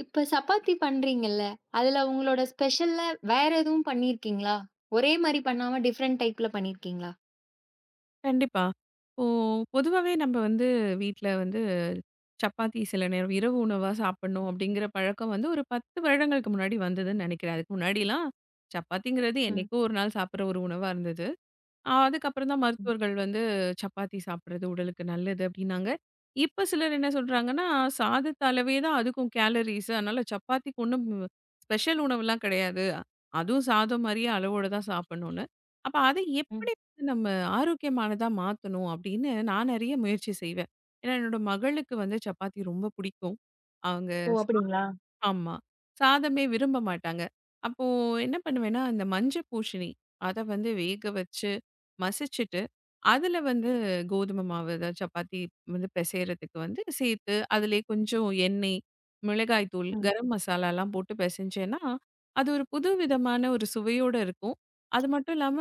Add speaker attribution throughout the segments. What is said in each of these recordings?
Speaker 1: இப்ப சப்பாத்தி பண்றீங்கல்ல, அதுல உங்களோட ஸ்பெஷலா வேற எதுவும் பண்ணியிருக்கீங்களா? ஒரே மாரி பண்ணாம டிஃபரண்ட் டைப்ல பண்ணியிருக்கீங்களா?
Speaker 2: கண்டிப்பா. இப்போ பொதுவாவே நம்ம வந்து வீட்ல வந்து சப்பாத்தி சில நேரம் இரவு உணவா சாப்பிடணும் அப்படிங்கிற பழக்கம் வந்து ஒரு 10 வருடங்களுக்கு முன்னாடி வந்ததுன்னு நினைக்கிறேன். அதுக்கு முன்னாடிலாம் சப்பாத்திங்கிறது
Speaker 1: ம்.
Speaker 2: என்னைக்கோ ஒரு நாள் சாப்பிடுற ஒரு உணவா இருந்தது. ஆ, அதுக்கப்புறம் தான்
Speaker 1: ம்,
Speaker 2: மருத்துவர்கள் வந்து சப்பாத்தி சாப்பிடுறது உடலுக்கு நல்லது அப்படின்னாங்க. இப்ப சிலர் என்ன சொல்றாங்கன்னா, சாதத்த அளவே தான் அதுக்கும் கேலரீஸ். அதனால சப்பாத்திக்கு ஒண்ணும் ஸ்பெஷல் உணவுலாம் கிடையாது. அதுவும் சாதம் மாரியே அளவோட தான் சாப்பிடணும்னு. அப்ப அத
Speaker 1: ம்.
Speaker 2: எப்படி வந்து நம்ம ஆரோக்கியமானதா மாத்தணும் அப்படின்னு நான் நெறைய முயற்சி செய்வேன். ஏன்னா என்னோட மகளுக்கு வந்து சப்பாத்தி ரொம்ப பிடிக்கும். அவங்க
Speaker 1: ஓ! அப்படிங்களா?
Speaker 2: ஆமா. சாதமே விரும்ப மாட்டாங்க. அப்போ என்ன பண்ணுவேன்னா, அந்த மஞ்சள் பூசணி அத வந்து வேக வச்சு, மசிச்சுட்டு, அதுல வந்து கோதுமை மாவு, ஏதாவது சப்பாத்தி வந்து பிசையறதுக்கு வந்து சேர்த்து, அதிலயே கொஞ்சம் எண்ணெய், மிளகாய் தூள்,
Speaker 1: ம்.
Speaker 2: கரம் மசாலாலாம் போட்டு பிசைஞ்சேன்னா, அது ஒரு புது விதமான ஒரு சுவையோட இருக்கும். அது மட்டும் இல்லாம,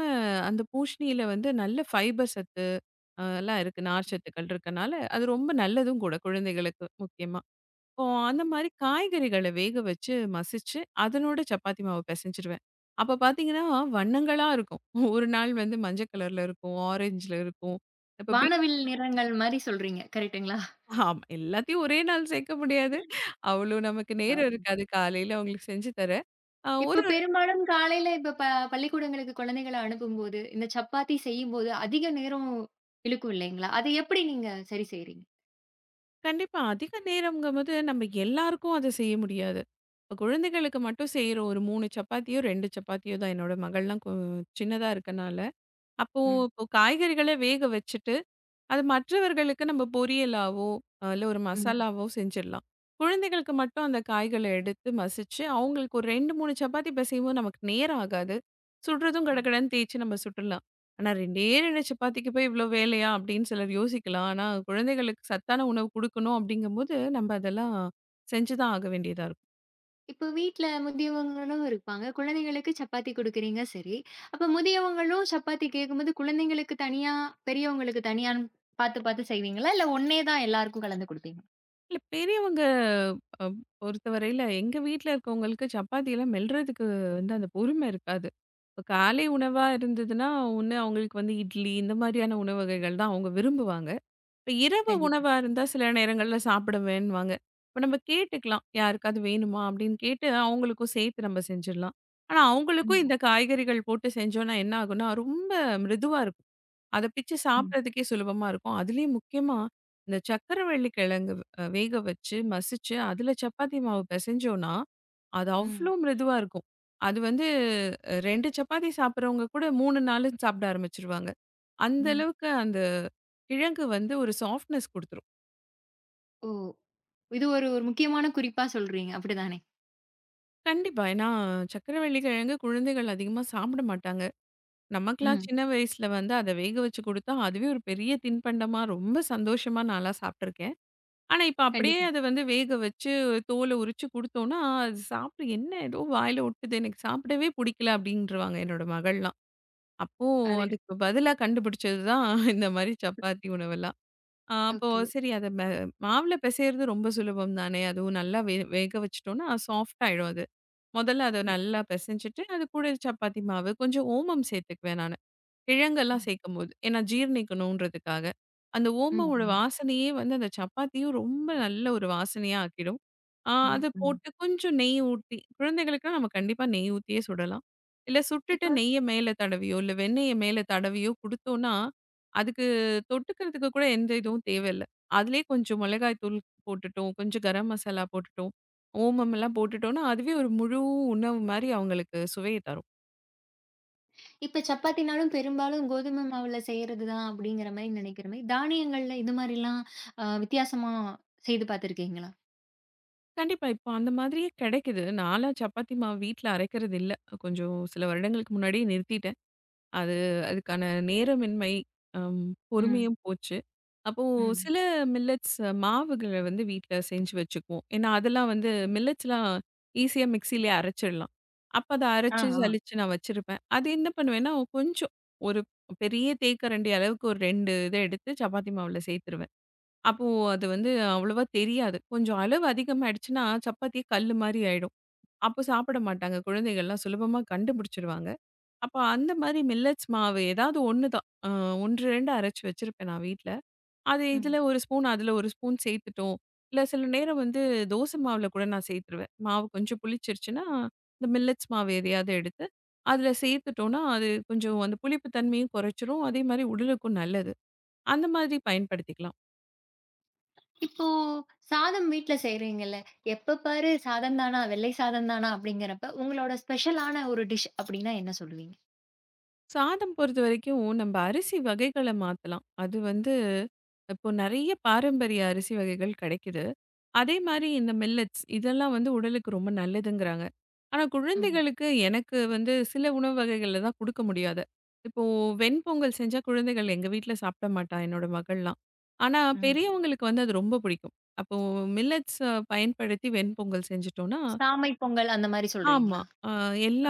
Speaker 2: அந்த பூசணியில வந்து நல்ல ஃபைபர் சத்து, எல்லாம் இருக்கு. நார்ச்சத்துக்கள் இருக்கனால, அது ரொம்ப நல்லதும் கூட, குழந்தைகளுக்கு முக்கியமா. இப்போ அந்த மாரி காய்கறிகள வேக வச்சு மசிச்சு, அதனோட சப்பாத்தி மாவு பெசஞ்சிருவேன். அப்ப பார்த்தீங்கன்னா, வண்ணங்களா இருக்கும். ஒரு நாள் வந்து மஞ்ச கலர்ல இருக்கும், ஆரஞ்சுல இருக்கும். இப்ப பீட்
Speaker 1: வானவில் நிறங்கள் மாரி சொல்றீங்க. கரெக்ட்டுங்களா?
Speaker 2: ஆமா. எல்லாத்தையும் ஒரே நாள் சேர்க்க முடியாது. அவ்வளோ நமக்கு நேரம்
Speaker 1: ஆமா.
Speaker 2: இருக்காது. காலையில அவங்களுக்கு செஞ்சு தர. அ
Speaker 1: இப்ப
Speaker 2: ஒரு
Speaker 1: பெரும்பாலும் காலையில இப்ப பள்ளிக்கூடங்களுக்கு குழந்தைகள அனுப்பும்போது, இந்த சப்பாத்தி செய்யும்போது அதிக நேரம் இழுக்கும் இல்லைங்களா? அது எப்படி நீங்க சரி செய்றீங்க?
Speaker 2: கண்டிப்பா அதிக நேரம்ங்கும்போது நம்ம எல்லாருக்கும் அத செய்ய முடியாது. இப்ப குழந்தைகளுக்கு மட்டும் செய்றோம். ஒரு 3 சப்பாத்தியோ, 2 சப்பாத்தியோ தான். என்னோட மகள்லாம் சின்னதா இருக்கனால. அப்போ
Speaker 1: ம்.
Speaker 2: இப்போ காய்கறிகள வேக வச்சுட்டு அது மற்றவர்களுக்கு நம்ம பொரியலாவோ, இல்ல ஒரு
Speaker 1: ம்.
Speaker 2: மசாலாவோ செஞ்சிடலாம். குழந்தைகளுக்கு மட்டும் அந்த காய்கள எடுத்து மசிச்சு, அவங்களுக்கு ஒரு 2, 3 சப்பாத்தி பெசையும்போது நமக்கு நேரம் ஆகாது. சுடுறதும் கடகடன்னு தேய்ச்சு நம்ம சுட்டுடலாம். ஆனா 2டே 2 சப்பாத்திக்கு போய் இவ்ளோ வேலையா? அப்படின்னு சிலர் யோசிக்கலாம். ஆனா குழந்தைகளுக்கு சத்தான உணவு குடுக்கணும் அப்படிங்கும்போது, நம்ம அதெல்லாம் செஞ்சு தான் ஆக வேண்டியதா இருக்கும்.
Speaker 1: இப்போ வீட்ல முதியவங்களும் இருப்பாங்க. குழந்தைகளுக்கு சப்பாத்தி குடுக்குறீங்க சரி. அப்ப முதியவங்களும் சப்பாத்தி கேட்கும்போது, குழந்தைங்களுக்கு தனியா, பெரியவங்களுக்கு தனியான்னு பாத்து பாத்து செய்வீங்களா? இல்ல ஒண்ணே தான் எல்லாருக்கும் கலந்து குடுப்பீங்களா?
Speaker 2: இல்ல பெரியவங்க அ பொறுத்தவரையில எங்க வீட்ல இருக்கவங்களுக்கு சப்பாத்திலாம் மெல்றதுக்கு வந்து அந்த பொறுமை இருக்காது. இப்ப காலை உணவா இருந்ததுன்னா, ஒண்ணு அவங்களுக்கு வந்து இட்லி இந்த மாதிரியான உணவு வகைகள் தான் அவங்க விரும்புவாங்க. இப்ப இரவு
Speaker 1: கண்டிப்பா.
Speaker 2: உணவா இருந்தா சில நேரங்கள்ல சாப்பிட வேணுவாங்க. இப்ப நம்ம கேட்டுக்கலாம். யாருக்காவது வேணுமா? அப்படின்னு கேட்டு அவங்களுக்கும் சேர்த்து நம்ம செஞ்சிடலாம். ஆனா அவங்களுக்கும்
Speaker 1: ம்.
Speaker 2: இந்த காய்கறிகள் போட்டு செஞ்சோம்னா என்ன ஆகும்னா, ரொம்ப மிருதுவா இருக்கும். அத பிச்சு
Speaker 1: ம்.
Speaker 2: சாப்பிடுறதுக்கே சுலபமா இருக்கும். அதுலயும் முக்கியமா இந்த சர்க்கரைவள்ளி கிழங்கு வேக வச்சு, மசிச்சு அதுல சப்பாத்தி மாவு பெசைஞ்சோம்னா, அது
Speaker 1: ம்.
Speaker 2: அவ்ளோ மிருதுவா இருக்கும். அது வந்து 2 சப்பாத்தி சாப்பிடுறவங்க கூட 3 நாளு சாப்பிட ஆரம்பிச்சுருவாங்க. அந்த
Speaker 1: ம்.
Speaker 2: அளவுக்கு அந்த கிழங்கு வந்து ஒரு சாஃப்ட்னஸ் குடுத்துரும்.
Speaker 1: ஓ! இது ஒரு ஒரு முக்கியமான குறிப்பா சொல்றீங்க. அப்படிதானே?
Speaker 2: கண்டிப்பா. ஏன்னா சர்க்கரைவள்ளி கிழங்கு குழந்தைகள் அதிகமா சாப்பிட மாட்டாங்க. நமக்கெல்லாம்
Speaker 1: ம்.
Speaker 2: சின்ன வயசுல வந்து அத வேக வச்சு குடுத்தா, அதுவே ஒரு பெரிய தின்பண்டமா ரொம்ப சந்தோஷமா நான்லாம் சாப்பிட்டுருக்கேன். ஆனா, இப்ப அப்படியே
Speaker 1: கண்டிப்பா.
Speaker 2: அத வந்து வேக வச்சு தோல உரிச்சு குடுத்தோம்னா, அது சாப்பிட "என்ன ஏதோ வாயில ஒட்டுது, எனக்கு சாப்பிடவே புடிக்கல" அப்படின்ருவாங்க என்னோட மகள்லாம். அப்போ
Speaker 1: அது
Speaker 2: அதுக்கு பதிலா கண்டுபிடிச்சது தான் இந்த மாரி சப்பாத்தி உணவெல்லாம். அப்போ
Speaker 1: ஓகே.
Speaker 2: சரி அத மாவுல பிசையறது ரொம்ப சுலபம் தானே! அதுவும் நல்லா வேக வச்சுட்டோம்னா சாஃப்ட் ஆயிடும் அது. மொதல்ல அத
Speaker 1: ம்.
Speaker 2: நல்லா பிசைஞ்சுட்டு, அது கூட சப்பாத்தி மாவு, கொஞ்சம் ஓமம் சேர்த்துக்குவேன் நானு. கிழங்கெல்லாம்
Speaker 1: ம்.
Speaker 2: சேர்க்கும்போது. ஏன்னா ஜீரணிக்கணுன்றதுக்காக. அந்த ஓமவோட
Speaker 1: ம்.
Speaker 2: வாசனையே வந்து அந்த சப்பாத்தியும் ரொம்ப நல்ல ஒரு வாசனையா ஆக்கிடும்.
Speaker 1: ம்.
Speaker 2: அது
Speaker 1: ம்.
Speaker 2: போட்டு கொஞ்சம் நெய் ஊத்தி குழந்தைகளுக்குனா நம்ம கண்டிப்பா நெய் ஊத்தியே சுடலாம். இல்ல சுட்டுட்டு
Speaker 1: இப்ப
Speaker 2: நெய்ய மேல தடவியோ, இல்ல வெண்ணெய மேல தடவியோ குடுத்தோம்னா, அதுக்கு தொட்டுக்கிறதுக்கு கூட எந்த இதுவும் தேவையில்ல. அதிலேயே கொஞ்சம் மிளகாய் தூள் போட்டுட்டோம், கொஞ்சம் கரம் மசாலா போட்டுட்டோம், ஓமம் எல்லாம் போட்டுட்டோம்னா, அதுவே ஒரு முழு உணவு மாரி அவங்களுக்கு சுவைய தரும்.
Speaker 1: இப்ப சப்பாத்தினாலும் பெரும்பாலும் கோதுமை மாவுல செய்யறது தான் அப்படிங்கிற மாரி நினைக்கிற மாரி, தானியங்கள்ல இது மாரிலாம் வித்தியாசமா செய்து பார்த்துருக்கீங்களா?
Speaker 2: கண்டிப்பா. இப்ப அந்த மாதிரியே கெடைக்குது. நான்லாம் சப்பாத்தி மாவு வீட்ல அரைக்கிறது இல்ல. கொஞ்சம் சில வருடங்களுக்கு முன்னாடியே நிறுத்திட்டேன். அது அதுக்கான நேரமின்மை, அம்
Speaker 1: ம்,
Speaker 2: பொறுமையும் போச்சு. அப்போ
Speaker 1: ம்.
Speaker 2: சில மில்லட்ஸ் மாவுகள வந்து வீட்ல செஞ்சு வச்சுக்குவோம். ஏன்னா, அதெல்லாம் வந்து மில்லட்ஸ்லாம் ஈஸியா மிக்ஸிலயே அரைச்சிடலாம். அப்ப அத
Speaker 1: ஆ,
Speaker 2: அரைச்சு,
Speaker 1: ஆ.
Speaker 2: சலிச்சு நான் வச்சிருப்பேன். அது என்ன பண்ணுவேன்னா, கொஞ்சம் ஒரு பெரிய தேக்கரண்டி அளவுக்கு ஒரு 2 இத எடுத்து சப்பாத்தி மாவுல சேர்த்துருவேன். அப்போ அது வந்து அவ்வளவா தெரியாது. கொஞ்சம் அளவு அதிகமாயிடுச்சுன்னா, சப்பாத்தி கல்லு மாரி ஆயிடும். அப்போ சாப்பிட மாட்டாங்க. குழந்தைகள்லாம் சுலபமா கண்டுபிடிச்சுருவாங்க. அப்ப அந்த மாரி மில்லட்ஸ் மாவு ஏதாவது 1 தான். 1, 2 அரைச்சு வச்சிருப்பேன் நான் வீட்ல. அது
Speaker 1: ம்.
Speaker 2: இதுல 1 ஸ்பூன், அதுல 1 ஸ்பூன் சேர்த்துட்டோம். இல்ல சில நேரம் வந்து தோசை மாவுல கூட நான் சேர்த்துருவேன். மாவு கொஞ்சம் புளிச்சிருச்சுன்னா, இந்த மில்லட்ஸ் மாவு எதையாவது எடுத்து, அதுல சேர்த்துட்டோம்னா, அது கொஞ்சம் அந்த புளிப்பு தன்மையும் குறைச்சிரும். அதே மாரி உடலுக்கும் நல்லது. அந்த மாதிரி பயன்படுத்திக்கலாம்.
Speaker 1: இப்போ சாதம் வீட்ல செய்றீங்கல்ல, எப்ப பாரு சாதம் தானா, வெள்ளை சாதம் தானா அப்படிங்கிறப்ப, உங்களோட ஸ்பெஷலான ஒரு டிஷ் அப்படின்னா என்ன சொல்லுவீங்க?
Speaker 2: சாதம் பொறுத்தவரைக்கும், நம்ம அரிசி வகைகள மாத்தலாம். அது வந்து இப்போ நெறைய பாரம்பரிய அரிசி வகைகள் கெடைக்குது. அதே மாரி இந்த மில்லட்ஸ் இதெல்லாம் வந்து உடலுக்கு ரொம்ப நல்லதுங்கிறாங்க. ஆனா,
Speaker 1: ம்,
Speaker 2: குழந்தைகளுக்கு எனக்கு வந்து சில உணவு வகைகள்ல தான் குடுக்க முடியாது. இப்போ வெண்பொங்கல் செஞ்சா குழந்தைகள் எங்க வீட்ல சாப்பிட மாட்டா என்னோட மகள்லாம். ஆனா,
Speaker 1: ம்.
Speaker 2: பெரியவங்களுக்கு வந்து அது ரொம்ப பிடிக்கும். அப்போ மில்லட்ஸ பயன்படுத்தி வெண்பொங்கல் செஞ்சுட்டோம்னா,
Speaker 1: சாமை பொங்கல் அந்த மாரி
Speaker 2: ஆமா.
Speaker 1: சொல்றீங்களா?
Speaker 2: அ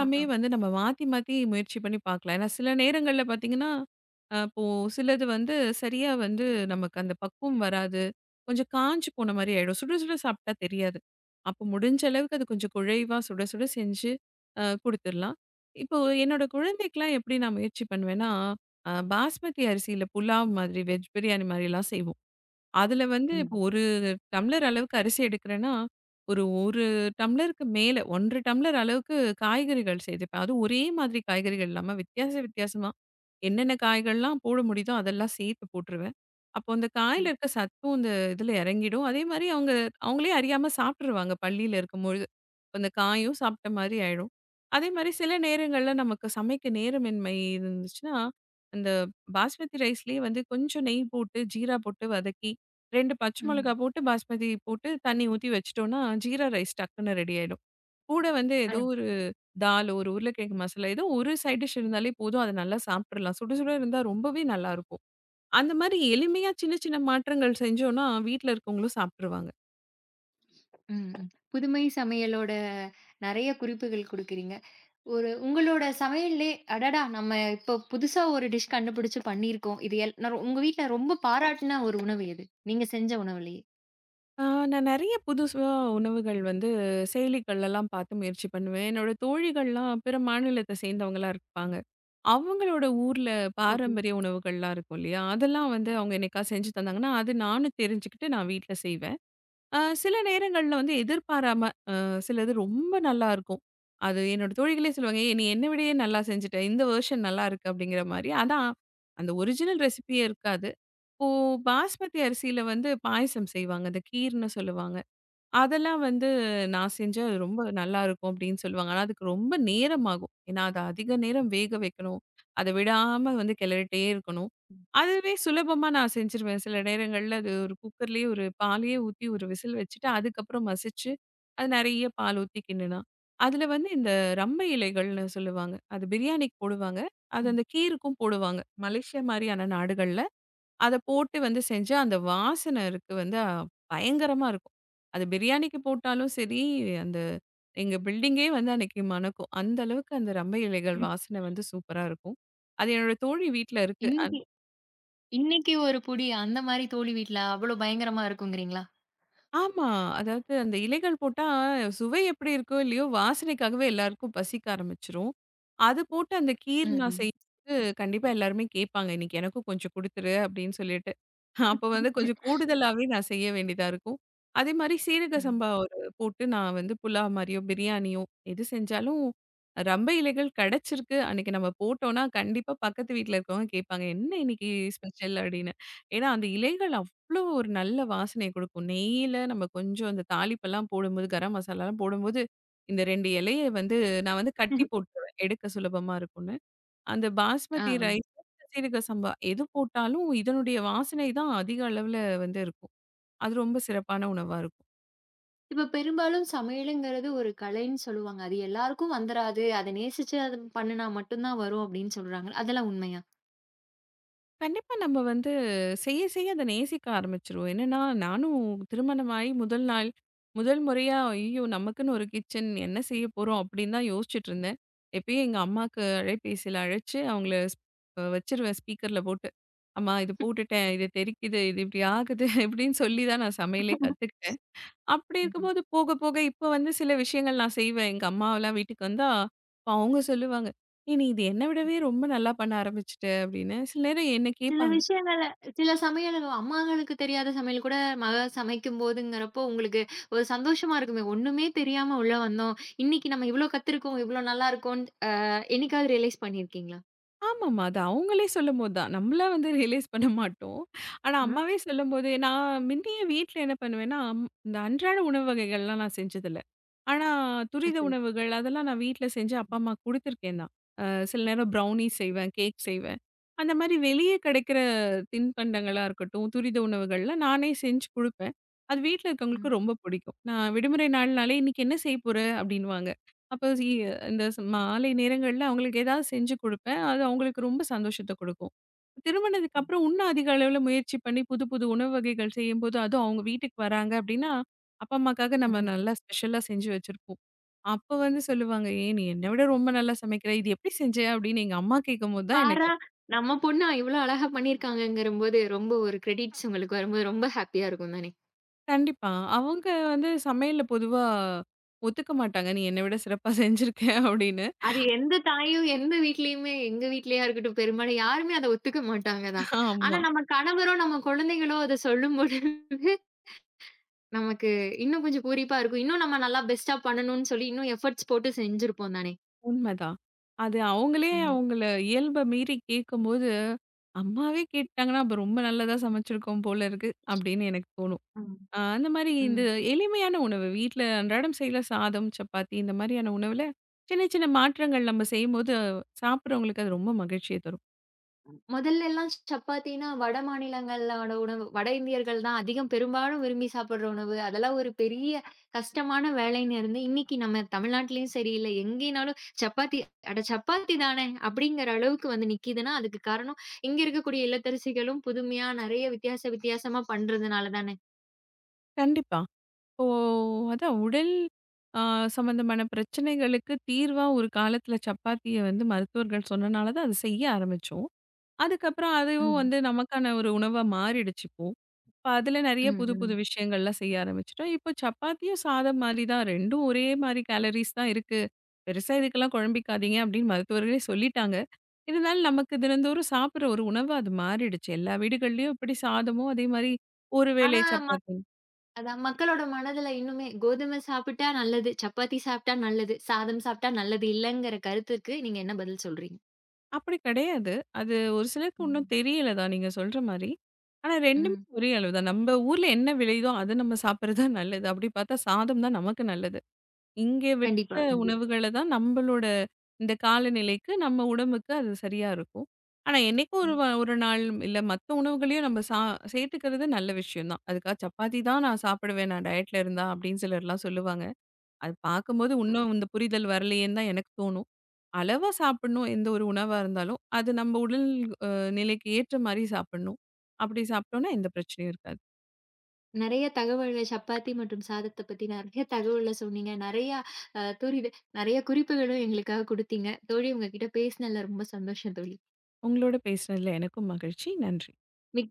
Speaker 1: ஆ.
Speaker 2: வந்து நம்ம மாத்தி, மாத்தி முயற்சி பண்ணி பார்க்கலாம். ஏன்னா சில நேரங்கள்ல பார்த்தீங்கன்னா, இப்போ சிலது வந்து சரியா வந்து நமக்கு அந்த பக்குவம் வராது. கொஞ்சம் காஞ்சு போன மாரி ஆயிடும். சுட சுட சாப்பிட்டா தெரியாது. அப்போ முடிஞ்ச அளவுக்கு அது கொஞ்சம் குழைவா சுட சுட செஞ்சு குடுத்துர்லாம். இப்போ என்னோட குழந்தைக்கலாம் எப்படி நான் முயற்சி பண்ணுவேன்னா, பாஸ்மதி அரிசியில புலாவ் மாதிரி, வெஜ் பிரியாணி மாதிரிலாம் செய்வோம். அதுல வந்து இப்போ
Speaker 1: ம்,
Speaker 2: டம்ளர் அளவுக்கு அரிசி எடுக்கிறேன்னா, ஒரு 1 டம்ளருக்கு மேல 1 டம்ளர் அளவுக்கு காய்கறிகள் சேர்த்துப்பேன். அதுவும் ஒரே மாதிரி காய்கறிகள் இல்லாம வித்தியாச வித்தியாசமா என்னென்ன காய்கள்லாம் போட முடியுதோ அதெல்லாம் சேர்த்து போட்டுருவேன். அப்போ அந்த காயில
Speaker 1: ம்,
Speaker 2: இருக்க சத்தும் இந்த இதில இறங்கிடும். அதே மாரி அவங்க அவங்களே அறியாம சாப்பிட்டுருவாங்க பள்ளியில இருக்கும்பொழுது. அப்ப அந்த காயும் சாப்பிட்ட மாரி ஆயிடும். அதே மாரி சில நேரங்கள்ல நமக்கு சமைக்க நேரமின்மை இருந்துச்சுன்னா, அந்த பாஸ்மதி ரைஸ்லயே வந்து கொஞ்சம் நெய் போட்டு, ஜீரா போட்டு வதக்கி 2 பச்சை மிளகா
Speaker 1: ம்.
Speaker 2: போட்டு, பாஸ்மதி போட்டு தண்ணி ஊத்தி வச்சுட்டோம்னா, ஜீரா ரைஸ் டக்குன்னு ரெடி ஆயிடும். கூட வந்து
Speaker 1: அ.
Speaker 2: ஏதோ ஒரு தால், ஒரு உருளைக்கிழங்கு மசாலா, ஏதோ ஒரு சைட் டிஷ் இருந்தாலே போதும். அத நல்லா சாப்பிட்டுறலாம். சுட சுட இருந்தா ரொம்பவே நல்லாருக்கும். அந்த மாரி எளிமையா சின்ன சின்ன மாற்றங்கள் செஞ்சோம்னா, வீட்ல இருக்கவங்களும் சாப்ட்டுருவாங்க.
Speaker 1: ம், ம். புதுமை சமையலோட நெறைய குறிப்புகள் குடுக்குறீங்க. ஒரு உங்களோட சமையல்லே, "அடடா! நம்ம இப்ப புதுசா ஒரு டிஷ் கண்டுபிடிச்சு பண்ணியிருக்கோம்." இது நான் உங்க வீட்ல ரொம்ப பாராட்டுன ஒரு உணவு எது? நீங்க செஞ்ச உணவுலயே?
Speaker 2: ஆ, நான் நெறைய புதுசா உணவுகள் வந்து செயலிகள்லலாம் பார்த்து முயற்சி பண்ணுவேன். என்னோட தோழிகள்லாம் பிற மாநிலத்த சேர்ந்தவங்களா இருப்பாங்க. அவங்களோட ஊர்ல
Speaker 1: ஓகே.
Speaker 2: பாரம்பரிய உணவுகள்லாம் இருக்கும் இல்லையா? அதெல்லாம் வந்து அவங்க என்னைக்கா செஞ்சு தந்தாங்கன்னா, அது நானும் தெரிஞ்சுக்கிட்டு நான் வீட்ல செய்வேன். சில நேரங்கள்ல வந்து எதிர்பாராம சிலது ரொம்ப நல்லாருக்கும். அது என்னோட தோழிகளே சொல்லுவாங்க, "ஏய்! நீ என்ன விடயே நல்லா செஞ்சுட்ட. இந்த வெர்ஷன் நல்லாருக்கு." அப்படிங்கிற மாரி. அதான் அந்த ஒரிஜினல் ரெசிபியே இருக்காது. இப்போ பாஸ்மதி அரிசியில வந்து பாயசம் செய்வாங்க. அந்த கீர்ன்னு சொல்லுவாங்க. அதெல்லாம் வந்து நான் செஞ்சா அது ரொம்ப நல்லாருக்கும் அப்படின்னு சொல்லுவாங்க. ஆனா, அதுக்கு ரொம்ப நேரம் ஆகும். ஏன்னா, அத அதிக நேரம் வேக வைக்கணும். அத விடாம வந்து கிளறிட்டே இருக்கணும். அதுவே சுலபமா நான் செஞ்சுருவேன். சில நேரங்கள்ல அது ஒரு குக்கர்லேயே ஒரு பாலையே ஊத்தி ஒரு விசில் வச்சுட்டு, அதுக்கப்புறம் மசிச்சு, அது நெறைய பால் ஊத்தி கிண்டுனா. அதுல வந்து இந்த ரம்பை இலைகள்னு சொல்லுவாங்க. அது பிரியாணிக்கு போடுவாங்க. அது
Speaker 1: ம்.
Speaker 2: அந்த கீருக்கும் போடுவாங்க. மலேசியா மாரியான நாடுகள்ல அத போட்டு வந்து செஞ்சா, அந்த வாசனை இருக்கு வந்து பயங்கரமா இருக்கும். அது பிரியாணிக்கு போட்டாலும் சரி, அந்த எங்க பில்டிங்கே வந்து அன்னைக்கு மணக்கும். அந்த அளவுக்கு அந்த ரம்பை இலைகள்
Speaker 1: ம்.
Speaker 2: வாசனை வந்து சூப்பரா இருக்கும். அது என்னோட தோழி வீட்ல இருக்கு.
Speaker 1: இன்னைக்கு இன்னைக்கு ஒரு புடி அந்த மாரி தோழி வீட்ல அவ்ளோ பயங்கரமா இருக்குங்கிறீங்களா?
Speaker 2: ஆமா. அதாவது அந்த இலைகள் போட்டா சுவை எப்படி இருக்கோ இல்லையோ, வாசனைக்காகவே எல்லாருக்கும் பசிக்க ஆரம்பிச்சுரும். அது போட்டு அந்த கீர் நான்
Speaker 1: ம்.
Speaker 2: செய்யும்போது கண்டிப்பா எல்லாருமே கேட்பாங்க. "இன்னைக்கு எனக்கும் கொஞ்சம் குடுத்துரு" அப்படின்னு சொல்லிட்டு. அப்ப வந்து கொஞ்சம் கூடுதலாவே நான் செய்ய வேண்டியதா இருக்கும். அதே மாரி சீரக
Speaker 1: ம்.
Speaker 2: சம்பா ஒரு போட்டு நான் வந்து புலாவ் மாரியோ, பிரியாணியோ எது செஞ்சாலும் ரம்ப இலைகள் கெடைச்சிருக்கு. அன்னைக்கு நம்ம போட்டோம்னா, கண்டிப்பா பக்கத்து வீட்ல இருக்கவங்க கேட்பாங்க, "என்ன இன்னைக்கு ஸ்பெஷல்?" அப்படின்னு. ஏன்னா அந்த இலைகள் அவ்ளோ ஒரு நல்ல வாசனைய குடுக்கும். நெய்யில நம்ம கொஞ்சம் அந்த தாளிப்பெல்லாம் போடும்போது, கரம் மசாலாலாம் போடும்போது, இந்த 2 இலைய வந்து நான் வந்து கட்டி போட்டுருவேன். எடுக்க சுலபமா இருக்கும்ன்னு. அந்த பாஸ்மதி
Speaker 1: ஆ.
Speaker 2: ரைஸ், சீரக சம்பா எது போட்டாலும் இதனுடைய வாசனை தான் அதிக அளவுல வந்து இருக்கும். அது ரொம்ப சிறப்பான உணவா இருக்கும்.
Speaker 1: இப்ப பெரும்பாலும் சமையலுங்கிறது ஒரு கலைன்னு சொல்லுவாங்க. அது எல்லாருக்கும் வந்துராது. அத நேசிச்சு அது பண்ணுனா மட்டும் தான் வரும் அப்படின்னு சொல்றாங்க. அதெல்லாம் உண்மையா?
Speaker 2: கண்டிப்பா நம்ம வந்து செய்ய செய்ய அத நேசிக்க ஆரம்பிச்சுருவோம். என்னன்னா, நானும் திருமணமாயி முதல் நாள், முதல் முறையா ஐயோ! நமக்குன்னு ஒரு கிச்சன் என்ன செய்ய போறோம் அப்படின்னு தான் யோசிச்சுட்டுருந்தேன். எப்பயும் எங்க அம்மாக்கு அலைபேசியில அழைச்சு அவங்கள வச்சுருவேன் ஸ்பீக்கர்ல போட்டு. அம்மா இது போட்டுட்டேன், இது தெறிக்குது, இது இப்படி ஆகுது இப்படின்னு சொல்லி தான் நான் சமையலே கத்துக்கிட்டேன். அப்படி
Speaker 1: ம்.
Speaker 2: இருக்கும்போது போக, போக இப்ப வந்து சில விஷயங்கள் நான் செய்வேன். எங்க அம்மாவெல்லாம் வீட்டுக்கு வந்தா, அப்ப அவங்க சொல்லுவாங்க. "ஏய்! நீ இது என்ன விடவே ரொம்ப நல்லா பண்ண ஆரம்பிச்சுட்ட" அப்படின்னு. சில நேரம் என்ன
Speaker 1: சில
Speaker 2: கேட்பாங்க.
Speaker 1: விஷயங்கள்ல சில சமையல் அம்மாங்களுக்கு தெரியாத சமையல் கூட மக சமைக்கும்போதுங்கிறப்போ, உங்களுக்கு ஒரு சந்தோஷமா இருக்குமே! ஒண்ணுமே தெரியாம உள்ள வந்தோம். இன்னைக்கு நம்ம இவ்ளோ கத்துருக்கோம், இவ்ளோ நல்லா இருக்கோம்ன்னு என்னைக்காவது ரியலைஸ் பண்ணியிருக்கீங்களா?
Speaker 2: ஆமாமா. அது அவங்களே சொல்லும்போது தான். நம்மளா வந்து ரியலைஸ் பண்ண மாட்டோம். ஆனா
Speaker 1: ம்.
Speaker 2: அம்மாவே சொல்லும்போது நான் முன்னையே வீட்ல என்ன பண்ணுவேன்னா, இந்த அன்றாட உணவு வகைகள்லாம் நான் செஞ்சதில்ல. ஆனா துரித
Speaker 1: ஓகே.
Speaker 2: உணவுகள் அதெல்லாம் நான் வீட்ல செஞ்சு அப்பா, அம்மாக்கு குடுத்துருக்கேன் தான். அ சில நேரம் ப்ரௌனி செய்வேன், கேக் செய்வேன். அந்த மாரி வெளியே கிடைக்கிற தின்பண்டங்களா இருக்கட்டும், துரித உணவுகள்ல நானே செஞ்சு குடுப்பேன். அது வீட்ல இருக்கவங்களுக்கு
Speaker 1: ம்,
Speaker 2: ரொம்ப பிடிக்கும். நான் விடுமுறை நாள்னாலே, "இன்னைக்கு என்ன செய்ய போற?" அப்படின்னுவாங்க. அப்ப இந்த மாலை நேரங்கள்ல அவங்களுக்கு ஏதாவது செஞ்சு குடுப்பேன். அது அவங்களுக்கு ரொம்ப சந்தோஷத்த குடுக்கும். திருமணத்துக்கு அப்புறம் இன்னும் அதிக அளவுல முயற்சி பண்ணி புது, புது உணவு வகைகள் செய்யும்போது, அதுவும் அவங்க வீட்டுக்கு வராங்க அப்டின்னா, அப்பா, அம்மாக்காக நம்ம
Speaker 1: ம்.
Speaker 2: நல்லா ஸ்பெஷலா செஞ்சு வச்சிருப்போம். அப்ப வந்து சொல்லுவாங்க, "ஏன் நீ என்ன விட ரொம்ப நல்லா சமைக்கிற. இது எப்டி செஞ்ச?" அப்டின்னு எங்க அம்மா கேட்கும்போது தான் எனக்கு
Speaker 1: பார்றா! நம்ம பொண்ணு இவ்ளோ அழகா பண்ணியிருக்காங்கங்கிறம்போது, ரொம்ப ஒரு கிரெடிட்ஸ் உங்களுக்கு வரும்போது ரொம்ப ஹேப்பியா இருக்கும் தானே!
Speaker 2: கண்டிப்பா. அவங்க வந்து சமையல்ல பொதுவா ஒத்துக்க மாட்டாங்க. "நீ என்ன விட சிறப்பா செஞ்சிருக்க" அப்டின்னு.
Speaker 1: அது எந்த தாயும், எந்த வீட்லயுமே எங்க வீட்லயா இருக்கட்டும், பெரும்பாலும் யாருமே அத ஒத்துக்க மாட்டாங்க தான். ஆனா
Speaker 2: ஆமா.
Speaker 1: நம்ம கணவரோ, நம்ம குழந்தைகளோ அத சொல்லும்போது நமக்கு இன்னும் கொஞ்சம் பூரிப்பா இருக்கும். இன்னும் நம்ம நல்லா பெஸ்ட்டா பண்ணணும்னு சொல்லி இன்னும் எஃபோர்ட்ஸ் போட்டு செஞ்சிருப்போம் தானே!
Speaker 2: உண்மைதான். அது அவங்களே
Speaker 1: ம்.
Speaker 2: அவங்கள இயல்ப மீறி கேட்கும்போது, அம்மாவே கேட்டாங்கன்னா, அப்ப ரொம்ப நல்லதா சமைச்சிருக்கோம் போல இருக்கு, அப்படின்னு எனக்கு தோணும்.
Speaker 1: ம்.
Speaker 2: அந்த மாரி இந்த
Speaker 1: ம்.
Speaker 2: எளிமையான உணவு வீட்ல அன்றாடம் செய்ற சாதம், சப்பாத்தி இந்த மாரியான உணவுல சின்ன சின்ன மாற்றங்கள் நம்ம செய்யும்போது சாப்பிடுறவங்களுக்கு அது ரொம்ப மகிழ்ச்சிய தரும்.
Speaker 1: முதல்லலாம் சப்பாத்தினா வட மாநிலங்களோட உணவு வட இந்தியர்கள் தான் அதிகம் பெரும்பாலும் விரும்பி சாப்பிடுற உணவு. அதெல்லாம் ஒரு பெரிய கஷ்டமான வேலைன்னு இருந்து, இன்னைக்கு நம்ம தமிழ்நாட்டிலயும் சரி, இல்ல எங்கேனாலும் சப்பாத்தி அட சப்பாத்தி தானே அப்படிங்கிற அளவுக்கு வந்து நிக்கிதுன்னா, அதுக்கு காரணம் இங்க இருக்கக்கூடிய இல்லத்தரசிகளும் புதுமையா நெறைய வித்தியாச வித்தியாசமா பண்றதுனால தானே!
Speaker 2: கண்டிப்பா. இப்போ அதான் உடல் அ சம்மந்தமான பிரச்சனைகளுக்கு தீர்வா ஒரு காலத்தில சப்பாத்திய வந்து மருத்துவர்கள் சொன்னனால தான் அத செய்ய ஆரம்பிச்சோம். அதுக்கப்புறம் அதுவும்
Speaker 1: ம்.
Speaker 2: வந்து நமக்கான ஒரு உணவா மாறிடுச்சு இப்போ. இப்ப அதுல நெறைய
Speaker 1: ம்,
Speaker 2: புது, புது
Speaker 1: ம்.
Speaker 2: விஷயங்கள்லாம் செய்ய ஆரம்பிச்சுட்டோம். இப்போ சப்பாத்தியும் சாதம் மாரி தான். 2ம் ஒரே மாரி கேலோரிஸ் தான் இருக்கு. பெருசா இதுக்கெல்லாம் குழம்பிக்காதீங்க அப்படின்னு மருத்துவர்களே சொல்லிட்டாங்க. இருந்தாலும் நமக்கு தினந்தோறும் சாப்பிடுற ஒரு உணவா அது மாறிடுச்சு. எல்லா வீடுகள்லயும் இப்படி சாதமும் அதே மாரி ஒரு
Speaker 1: ஆனா
Speaker 2: வேளை சப்பாத்தி.
Speaker 1: அதான் மக்களோட மனதுல இன்னுமே கோதுமை சாப்பிட்டா நல்லது, சப்பாத்தி சாப்பிட்டா நல்லது, சாதம் சாப்பிட்டா நல்லது இல்லங்கிற கருத்துக்கு நீங்க என்ன பதில் சொல்றீங்க?
Speaker 2: அப்படி கிடையாது. அது ஒரு சிலருக்கு
Speaker 1: ம்.
Speaker 2: இன்னும் தெரியல தான் நீங்க சொல்ற மாரி. ஆனா 2மே
Speaker 1: ம்.
Speaker 2: ஒரே அளவு தான். நம்ம ஊர்ல என்ன விளையுதோ அத நம்ம சாப்பிடுறது தான் நல்லது. அப்படி பார்த்தா சாதம் தான் நமக்கு நல்லது. இங்க
Speaker 1: கண்டிப்பா,
Speaker 2: விற்கிற
Speaker 1: கண்டிப்பா.
Speaker 2: உணவுகள தான் நம்பளோட இந்த காலநிலைக்கு, நம்ம உடம்புக்கு அது சரியா இருக்கும். ஆனா, என்னைக்கோ ஒரு
Speaker 1: ம்.
Speaker 2: ஒரு நாள் இல்ல மத்த உணவுகளையும் நம்ம சேர்த்துக்கிறது நல்ல விஷயம் தான். அதுக்காக சப்பாத்தி தான் நான் சாப்பிடுவேன், நான் டயட்ல இருந்தா அப்படின்னு சிலர்லாம் சொல்லுவாங்க. அது பார்க்கும்போது இன்னும் இந்த புரிதல் வரலையேன்னு தான் எனக்கு தோணும். அளவா சாப்பிடணும் எந்த ஒரு உணவா இருந்தாலும், அது நம்ம உடல் அ நிலைக்கு ஏற்ற மாரி சாப்பிடணும். அப்படி சாப்பிட்டோம்னா எந்த பிரச்சனையும் இருக்காது.
Speaker 1: நெறைய தகவல்கள் சப்பாத்தி மற்றும் சாதத்த பத்தி நெறைய தகவல்ல சொன்னீங்க. நெறைய அ துரித நெறைய குறிப்புகளும் எங்களுக்காக குடுத்தீங்க. தோழி உங்ககிட்ட பேசினதுல ரொம்ப சந்தோஷம் தோழி.
Speaker 2: உங்களோட பேசினதுல எனக்கும் மகிழ்ச்சி. நன்றி.
Speaker 1: மிக்